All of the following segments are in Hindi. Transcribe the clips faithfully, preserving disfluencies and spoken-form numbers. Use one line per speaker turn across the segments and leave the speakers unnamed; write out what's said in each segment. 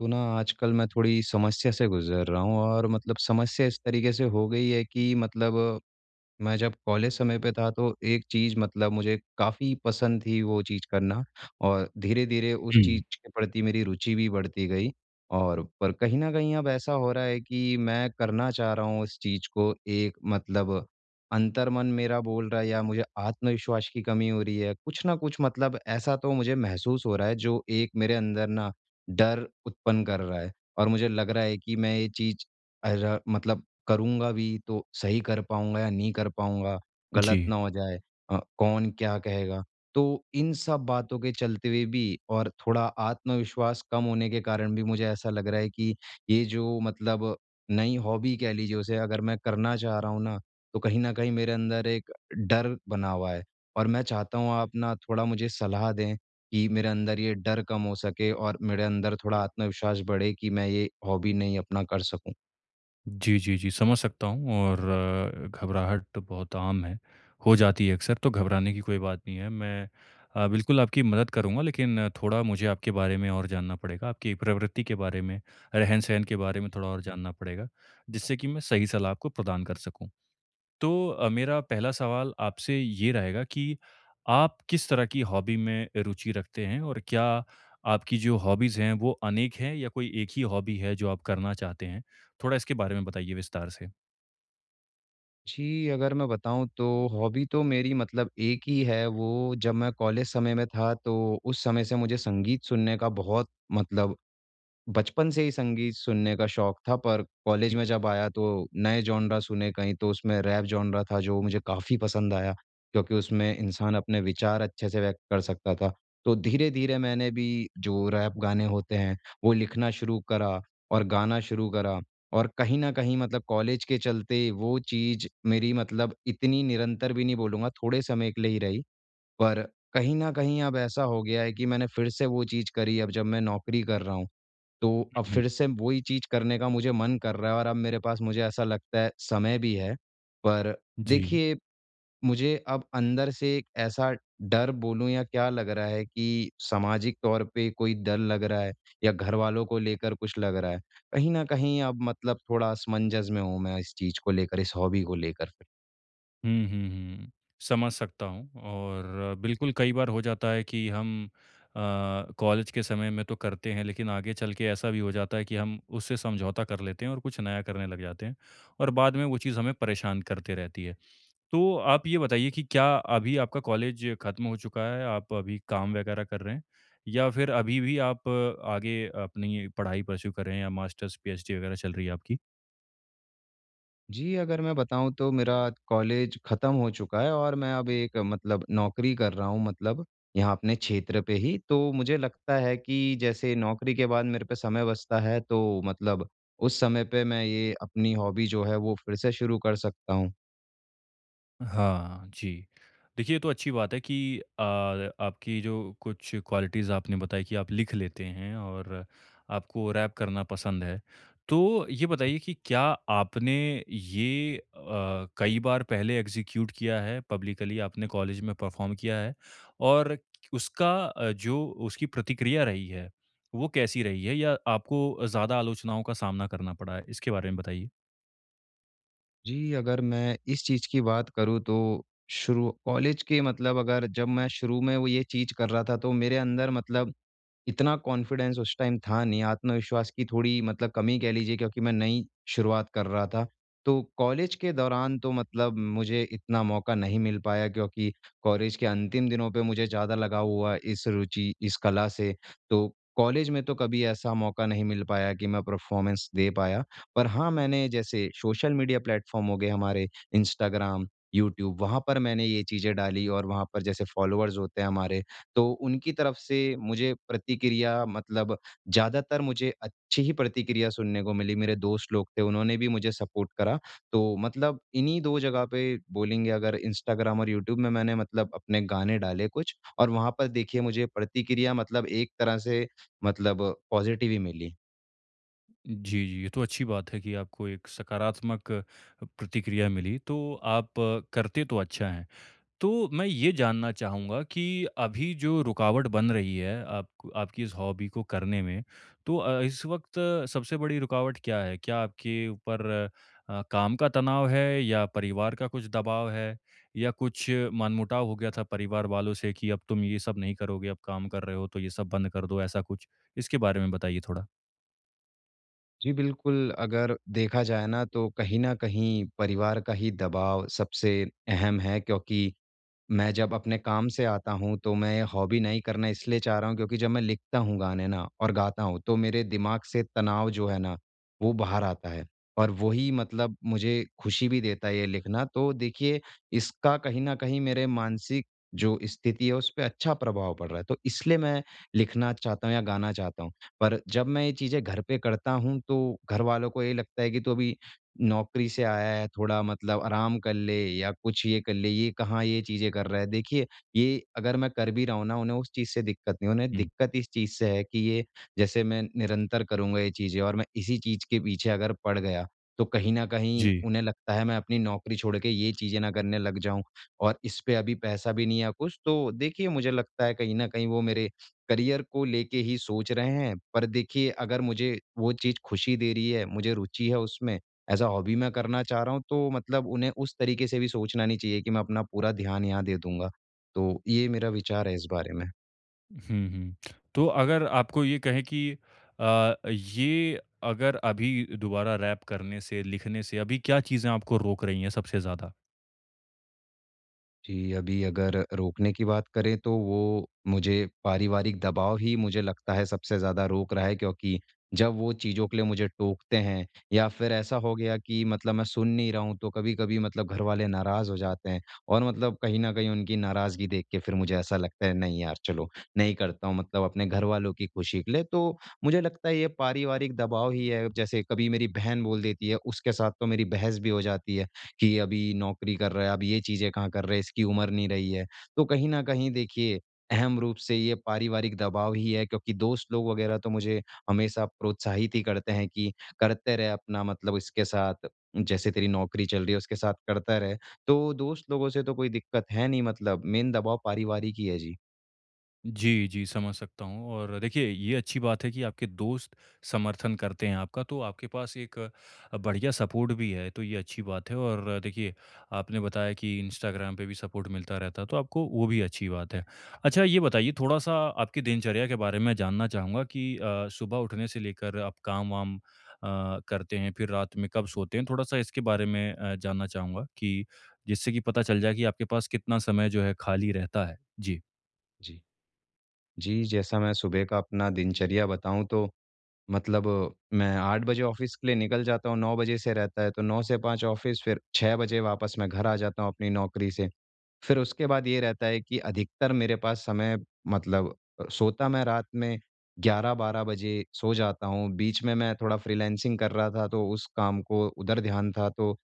तो ना आजकल मैं थोड़ी समस्या से गुजर रहा हूँ, और मतलब समस्या इस तरीके से हो गई है कि मतलब मैं जब कॉलेज समय पे था तो एक चीज़ मतलब मुझे काफ़ी पसंद थी, वो चीज़ करना। और धीरे-धीरे उस
हुँ,
चीज़ के प्रति मेरी रुचि भी बढ़ती गई। और पर कहीं न कहीं अब ऐसा हो रहा है कि मैं करना चाह रहा हूँ उस चीज़ को, एक मतलब अंतर्मन मेरा बोल रहा है या मुझे आत्मविश्वास की कमी हो रही है। कुछ न कुछ मतलब ऐसा तो मुझे महसूस हो रहा है, जो एक मेरे अंदर ना डर उत्पन्न कर रहा है। और मुझे लग रहा है कि मैं ये चीज़ अर मतलब करूँगा भी तो सही कर पाऊँगा या नहीं कर पाऊँगा, गलत
जी।
ना हो जाए, अ, कौन क्या कहेगा? तो इन सब बातों के चलते हुए भी और थोड़ा आत्मविश्वास कम होने के कारण भी मुझे ऐसा लग रहा है कि ये जो मतलब नई हॉबी कह लीजिए, उसे अगर मैं करना चाह रहा हूँ ना, तो कहीं न कहीं मेरे अंदर एक डर बना हुआ है। और मैं चाहता हूँ आप ना थोड़ा मुझे सलाह दें कि मेरे अंदर ये डर कम हो सके और मेरे अंदर थोड़ा आत्मविश्वास बढ़े कि मैं ये हॉबी नई अपना कर सकूँ।
जी, जी, जी, समझ सकता हूँ और घबराहट बहुत आम है, हो जाती है अक्सर, तो घबराने की कोई बात नहीं है। मैं अ, बिल्कुल आपकी मदद करूँगा लेकिन थोड़ा मुझे आपके बारे में और जानना पड़ेगा, आपकी प्रवृत्ति के बारे में, रहन-सहन के बारे में थोड़ा और जानना पड़ेगा, जिससे कि मैं सही सलाह आपको प्रदान कर सकूँ। तो अ, मेरा पहला सवाल आपसे ये रहेगा कि आप किस तरह की हॉबी में रुचि रखते हैं और क्या आपकी जो हॉबीज़ हैं वो अनेक हैं या कोई एक ही हॉबी है जो आप करना चाहते हैं? थोड़ा इसके बारे में बताइए विस्तार से।
जी, अगर मैं बताऊँ तो हॉबी तो मेरी मतलब एक ही है। वो जब मैं कॉलेज समय में था तो उस समय से मुझे संगीत सुनने का बहुत मतलब बचपन से ही संगीत सुनने का शौक था। पर कॉलेज में
हुँ,
जब आया तो नए जॉनरा सुने कहीं, तो उसमें रैप जॉनरा था जो मुझे काफ़ी पसंद आया, क्योंकि उसमें इंसान अपने विचार अच्छे से व्यक्त कर सकता था। तो धीरे-धीरे मैंने भी जो रैप गाने होते हैं, वो लिखना शुरू करा और गाना शुरू करा। और कहीं न कहीं मतलब कॉलेज के चलते वो चीज़ मेरी मतलब इतनी निरंतर भी नहीं बोलूँगा, थोड़े समय के लिए ही रही। पर कहीं न कहीं अब ऐसा हो गया है कि मैंने फिर से वो चीज़ करी। अब जब मैं नौकरी कर रहा हूँ तो अब
हुँ, हुँ।
फिर से वही चीज़ करने का मुझे मन कर रहा है, और अब मेरे पास मुझे ऐसा लगता है समय भी है। पर
जी।
देखिए, मुझे अब अंदर से एक ऐसा डर बोलूँ या क्या लग रहा है कि सामाजिक तौर पे कोई डर लग रहा है, या घरवालों को लेकर कुछ लग रहा है। कहीं न कहीं अब मतलब थोड़ा असमंजस में हूँ मैं इस चीज़ को लेकर, इस हॉबी को लेकर।
हुँ, हुँ, हुँ। समझ सकता हूँ और बिल्कुल कई बार हो जाता है कि हम अ, कॉलेज के समय में तो करते हैं लेकिन आगे चल के ऐसा भी हो जाता है कि हम उससे समझौता कर लेते हैं और कुछ नया करने लग जाते हैं और बाद में वो चीज़ हमें परेशान करते रहती है। तो आप ये बताइए कि क्या अभी आपका कॉलेज खत्म हो चुका है? आप अभी काम वगैरह कर रहे हैं? या फिर अभी भी आप आगे अपनी पढ़ाई परस्यू कर रहे हैं या मास्टर्स, पीएचडी वगैरह चल रही है आपकी?
जी, अगर मैं बताऊँ तो मेरा कॉलेज ख़त्म हो चुका है और मैं अब एक मतलब नौकरी कर रहा हूँ, मतलब यहाँ अपने क्षेत्र पे ही। तो मुझे लगता है कि जैसे नौकरी के बाद मेरे पे समय बचता है तो मतलब उस समय पे मैं ये अपनी हॉबी जो है वो फिर से शुरू कर सकता हूँ।
हाँ, जी। देखिए, ये तो अच्छी बात है कि अ, आपकी जो कुछ क्वालिटीज़ आपने बताई कि आप लिख लेते हैं और आपको रैप करना पसंद है। तो ये बताइए कि क्या आपने ये अ, कई बार पहले एग्ज़ीक्यूट किया है पब्लिकली, आपने कॉलेज में परफ़ॉर्म किया है? और उसका अ, जो उसकी प्रतिक्रिया रही है, वो कैसी रही है या आपको ज़्यादा आलोचनाओं का सामना करना पड़ा है? इसके बारे में बताइए।
जी, अगर मैं इस चीज़ की बात करूँ तो शुरू कॉलेज के मतलब अगर जब मैं शुरू में वो ये चीज़ कर रहा था, तो मेरे अंदर मतलब इतना कॉन्फिडेंस उस टाइम था नहीं। आत्मविश्वास की थोड़ी मतलब कमी कह लीजिए, क्योंकि मैं नई शुरुआत कर रहा था। तो कॉलेज के दौरान तो मतलब मुझे इतना मौका नहीं मिल पाया, क्योंकि कॉलेज के अंतिम दिनों पे मुझे ज़्यादा लगाव हुआ इस रुचि, इस कला से। तो कॉलेज में तो कभी ऐसा मौका नहीं मिल पाया कि मैं परफ़ॉर्मेंस दे पाया। पर हाँ, मैंने जैसे सोशल मीडिया प्लेटफ़ॉर्म हो गए हमारे, इंस्टाग्राम, यूट्यूब, वहाँ पर मैंने ये चीज़ें डाली। और वहाँ पर जैसे फ़ॉलोअर्स होते हैं हमारे, तो उनकी तरफ से मुझे प्रतिक्रिया मतलब ज़्यादातर मुझे अच्छी ही प्रतिक्रिया सुनने को मिली। मेरे दोस्त लोग थे, उन्होंने भी मुझे सपोर्ट करा। तो मतलब इन्हीं दो जगह पे बोलेंगे, अगर इंस्टाग्राम और यूट्यूब में मैंने मतलब अपने गाने डाले कुछ, और वहाँ पर देखिए मुझे प्रतिक्रिया मतलब एक तरह से मतलब पॉज़िटिव ही मिली।
जी, जी। ये तो अच्छी बात है कि आपको एक सकारात्मक प्रतिक्रिया मिली, तो आप अ, करते तो अच्छा हैं। तो मैं ये जानना चाहूँगा कि अभी जो रुकावट बन रही है आपक आपकी इस हॉबी को करने में, तो अ, इस वक़्त सबसे बड़ी रुकावट क्या है? क्या आपके ऊपर अ, काम का तनाव है या परिवार का कुछ दबाव है या कुछ मनमुटाव हो गया था परिवार वालों से कि अब तुम ये सब नहीं करोगे, अब काम कर रहे हो तो ये सब बंद कर दो, ऐसा कुछ? इसके बारे में बताइए थोड़ा।
जी, बिल्कुल अगर देखा जाए ना तो कहीं न कहीं परिवार का ही दबाव सबसे अहम है, क्योंकि मैं जब अपने काम से आता हूँ, तो मैं हॉबी नहीं करना इसलिए चाह रहा हूँ, क्योंकि जब मैं लिखता हूँ गाने ना और गाता हूँ, तो मेरे दिमाग से तनाव जो है ना, वो बाहर आता है। और वही मतलब मुझे खुशी भी देता है ये लिखना। तो देखिए, इसका कहीं न कहीं मेरे मानसिक जो स्थिति है, उस पे अच्छा प्रभाव पड़ रहा है। तो इसलिए मैं लिखना चाहता हूँ या गाना चाहता हूँ। पर जब मैं ये चीज़ें घर पे करता हूँ, तो घरवालों को ये लगता है कि तू अभी नौकरी से आया है थोड़ा मतलब आराम कर ले या कुछ ये कर ले, ये कहाँ ये चीज़ें कर रहा है। देखिए, ये अगर मैं कर भी रहा हूँ ना, उन्हें उस चीज़ से दिक्कत नहीं है, उन्हें
हुँ।
दिक्कत इस चीज़ से है कि ये जैसे मैं निरंतर करूँगा ये चीज़ें और मैं इसी चीज़ के पीछे अगर पड़ गया, तो कहीं न कहीं
जी।
उन्हें लगता है मैं अपनी नौकरी छोड़ के ये चीज़ें ना करने लग जाऊँ और इस पे अभी पैसा भी नहीं है कुछ। तो देखिए, मुझे लगता है कहीं न कहीं वो मेरे करियर को लेके ही सोच रहे हैं। पर देखिए, अगर मुझे वो चीज़ खुशी दे रही है, मुझे रुचि है उसमें, एज़ अ हॉबी मैं करना चाह रहा हूँ, तो मतलब उन्हें उस तरीके से भी सोचना नहीं चाहिए कि मैं अपना पूरा ध्यान यहाँ दे दूँगा। तो ये मेरा विचार है इस बारे में।
हुँ, हुँ। तो अगर आपको ये कहें कि अ, ये अगर अभी दोबारा रैप करने से, लिखने से अभी क्या चीज़ें आपको रोक रही हैं सबसे ज़्यादा?
जी, अभी अगर रोकने की बात करें तो वो मुझे पारिवारिक दबाव ही मुझे लगता है सबसे ज़्यादा रोक रहा है, क्योंकि जब वो चीज़ों के लिए मुझे टोकते हैं या फिर ऐसा हो गया कि मतलब मैं सुन नहीं रहा हूँ तो कभी-कभी मतलब घर वाले नाराज़ हो जाते हैं, और मतलब कहीं न कहीं उनकी नाराज़गी देख के फिर मुझे ऐसा लगता है नहीं यार चलो, नहीं करता हूँ मतलब अपने घर वालों की खुशी के लिए। तो मुझे लगता है ये पारिवारिक दबाव ही है, जैसे कभी मेरी बहन बोल देती है उसके साथ तो मेरी बहस भी हो जाती है कि अभी नौकरी कर रहा है, अब ये चीज़ें कहाँ कर रहा है, इसकी उम्र नहीं रही है। तो कहीं न कहीं देखिए अहम रूप से ये पारिवारिक दबाव ही है, क्योंकि दोस्त लोग वग़ैरह तो मुझे हमेशा प्रोत्साहित ही करते हैं कि करते रहे अपना मतलब इसके साथ, जैसे तेरी नौकरी चल रही है उसके साथ करता रहे। तो दोस्त लोगों से तो कोई दिक्कत है नहीं, मतलब मेन दबाव पारिवारिक ही है जी।
जी, जी, समझ सकता हूँ और देखिए ये अच्छी बात है कि आपके दोस्त समर्थन करते हैं आपका, तो आपके पास एक अ, बढ़िया सपोर्ट भी है, तो ये अच्छी बात है और अ, देखिए आपने बताया कि इंस्टाग्राम पे भी सपोर्ट मिलता रहता है, तो आपको वो भी अच्छी बात है। अच्छा ये बताइए थोड़ा-सा, आपकी दिनचर्या के बारे में जानना चाहूँगा कि अ, सुबह उठने से लेकर आप काम-वाम अ, करते हैं, फिर रात में कब सोते हैं? थोड़ा-सा इसके बारे में अ, जानना चाहूँगा, कि जिससे कि पता चल जाए कि आपके पास कितना समय जो है खाली रहता है। जी।
जी। जी, जैसा मैं सुबह का अपना दिनचर्या बताऊँ तो मतलब मैं आठ बजे ऑफ़िस के लिए निकल जाता हूँ, नौ बजे से रहता है, तो नौ से पाँच ऑफ़िस, फिर छह बजे वापस मैं घर आ जाता हूँ अपनी नौकरी से। फिर उसके बाद ये रहता है कि अधिकतर मेरे पास समय मतलब अ, सोता मैं रात में ग्यारह बारह बजे सो जाता हूँ। बीच में मैं थोड़ा फ्रीलांसिंग कर रहा था, तो उस काम को उधर ध्यान था, तो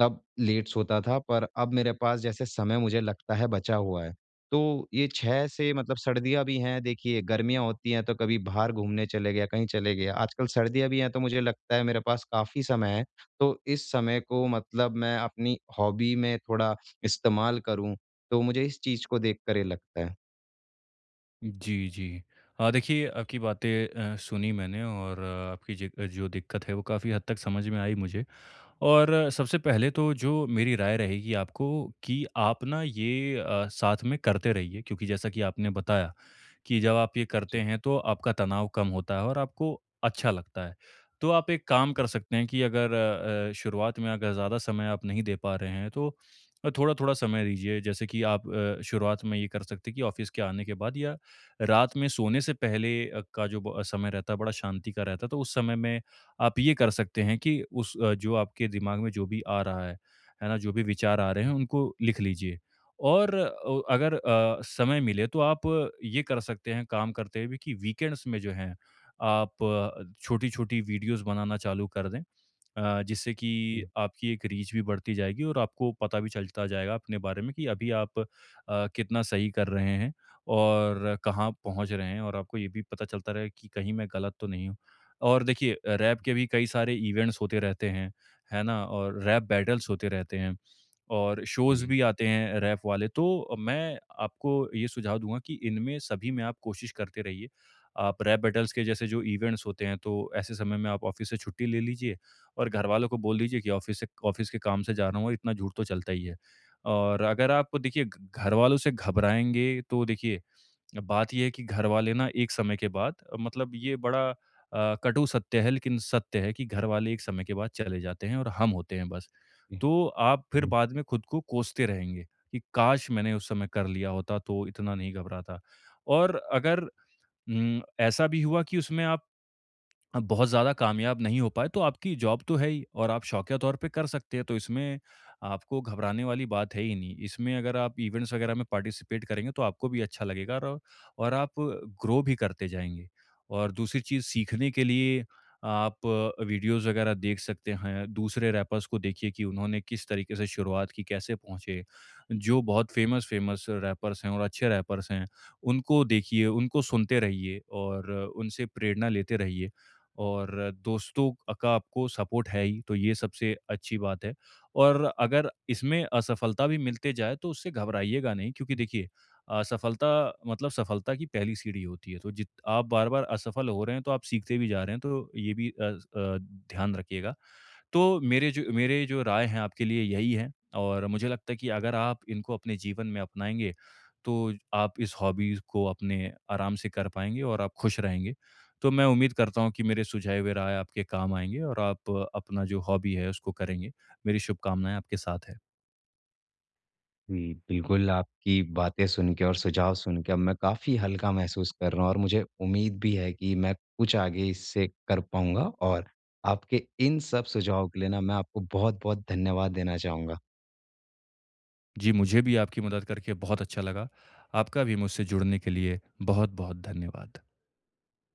तब लेट सोता था पर अब मेरे पास जैसे समय मुझे लगता है बचा हुआ है। तो ये छह से मतलब सर्दियाँ भी हैं देखिए, गर्मियाँ होती हैं तो कभी बाहर घूमने चले गया, कहीं चले गया। आजकल सर्दियाँ भी हैं तो मुझे लगता है मेरे पास काफ़ी समय है। तो इस समय को मतलब मैं अपनी हॉबी में थोड़ा इस्तेमाल करूँ, तो मुझे इस चीज़ को देख कर ये लगता है।
जी, जी। अ, देखिए, आपकी बातें अ, सुनी मैंने और अ, आपकी जि जो दिक्कत है वो काफ़ी हद तक समझ में आई मुझे। और सबसे पहले तो जो मेरी राय रहेगी आपको, कि आप ना ये अ, साथ में करते रहिए, क्योंकि जैसा कि आपने बताया कि जब आप ये करते
जी।
हैं तो आपका तनाव कम होता है और आपको अच्छा लगता है। तो आप एक काम
जी,
कर सकते हैं कि अगर अ, अ, शुरुआत में अगर ज़्यादा समय आप नहीं दे पा रहे हैं तो थोड़ा-थोड़ा समय दीजिए। जैसे कि आप अ, शुरुआत में ये कर सकते हैं कि ऑफ़िस के आने के बाद या रात में सोने से पहले अ, का जो ब समय रहता है, बड़ा शांति का रहता है, तो उस समय में आप ये कर सकते हैं कि उस अ, जो आपके दिमाग में जो भी आ रहा है, है ना? जो भी विचार आ रहे हैं
जी,
उनको लिख लीजिए। और अ, अगर अ, समय मिले तो आप ये कर सकते हैं काम करते हुए, कि वीकेंड्स में जो हैं, आप अ, छोटी-छोटी वीडियोज़ बनाना चालू कर दें। अ, जिससे कि
जी,
आपकी एक रीच भी बढ़ती जाएगी और आपको पता भी चलता जाएगा अपने बारे में कि अभी आप अ, कितना सही कर रहे हैं और कहाँ पहुँच रहे हैं, और आपको ये भी पता चलता रहेगा कि कहीं मैं गलत तो नहीं हूँ। और देखिए, रैप के भी कई सारे इवेंट्स होते रहते हैं, है ना? और रैप बैटल्स होते रहते हैं और शोज़
जी।
भी आते हैं रैप वाले। तो मैं आपको ये सुझाव दूँगा कि इनमें सभी में आप कोशिश करते रहिए। आप रैप बैटल्स के जैसे जो इवेंट्स होते हैं, तो ऐसे समय में आप ऑफ़िस से छुट्टी ले लीजिए और घरवालों को बोल दीजिए कि ऑफ़िस से, ऑफ़िस के काम से जा रहा हूँ, और इतना झूठ तो चलता ही है। और अगर आप देखिए घ घरवालों से घबराएँगे तो देखिए, बात ये है कि घरवाले ना एक समय के बाद अ, मतलब ये बड़ा अ, कटु सत्य है लेकिन सत्य है कि घरवाले एक समय के बाद चले जाते हैं और हम होते हैं बस।
जी,
तो आप फिर
जी।
बाद में खुद को कोसते रहेंगे कि काश मैंने उस समय कर लिया होता तो इतना नहीं घबराता। और अगर उम, ऐसा भी हुआ कि उसमें आप अ, बहुत ज़्यादा कामयाब नहीं हो पाए, तो आपकी जॉब तो है ही और आप शौकिया तौर पे कर सकते हैं, तो इसमें आपको घबराने वाली बात है ही नहीं। इसमें अगर आप इवेंट्स वगैरह में पार्टिसिपेट करेंगे, तो आपको भी अच्छा लगेगा और और आप ग्रो भी करते जाएँगे। और दूसरी चीज़, सीखने के लिए आप वीडियोज़ वगैरह देख सकते हैं, दूसरे रैपर्स को देखिए कि उन्होंने किस तरीके से शुरुआत की, कैसे पहुँचे। जो बहुत फ़ेमस-फ़ेमस रैपर्स हैं और अच्छे रैपर्स हैं, उनको देखिए, उनको सुनते रहिए और उनसे प्रेरणा लेते रहिए। और दोस्तों का आपको सपोर्ट है ही, तो ये सबसे अच्छी बात है। और अगर इसमें असफलता भी मिलते जाए तो उससे घबराइएगा नहीं, क्योंकि देखिए, असफलता मतलब सफलता की पहली सीढ़ी होती है। तो जित आप बार-बार असफल हो रहे हैं तो आप सीखते भी जा रहे हैं, तो ये भी अ, स अ, ध्यान रखिएगा। तो मेरे जो मेरे जो राय हैं आपके लिए, यही है, और मुझे लगता है कि अगर आप इनको अपने जीवन में अपनाएँगे, तो आप इस हॉबीज़ को अपने आराम से कर पाएँगे और आप खुश रहेंगे। तो मैं उम्मीद करता हूँ कि मेरे सुझाए हुए राय आपके काम आएँगे और आप अपना जो हॉबी है उसको करेंगे। मेरी शुभकामनाएँ आपके साथ है।
जी, बिल्कुल आपकी बातें सुन के और सुझाव सुन के अब मैं काफ़ी हल्का महसूस कर रहा हूँ, और मुझे उम्मीद भी है कि मैं कुछ आगे इससे कर पाऊँगा, और आपके इन सब सुझावों के लिए ना मैं आपको बहुत-बहुत धन्यवाद देना चाहूँगा।
जी, मुझे भी आपकी मदद करके बहुत अच्छा लगा। आपका भी मुझसे जुड़ने के लिए बहुत-बहुत धन्यवाद।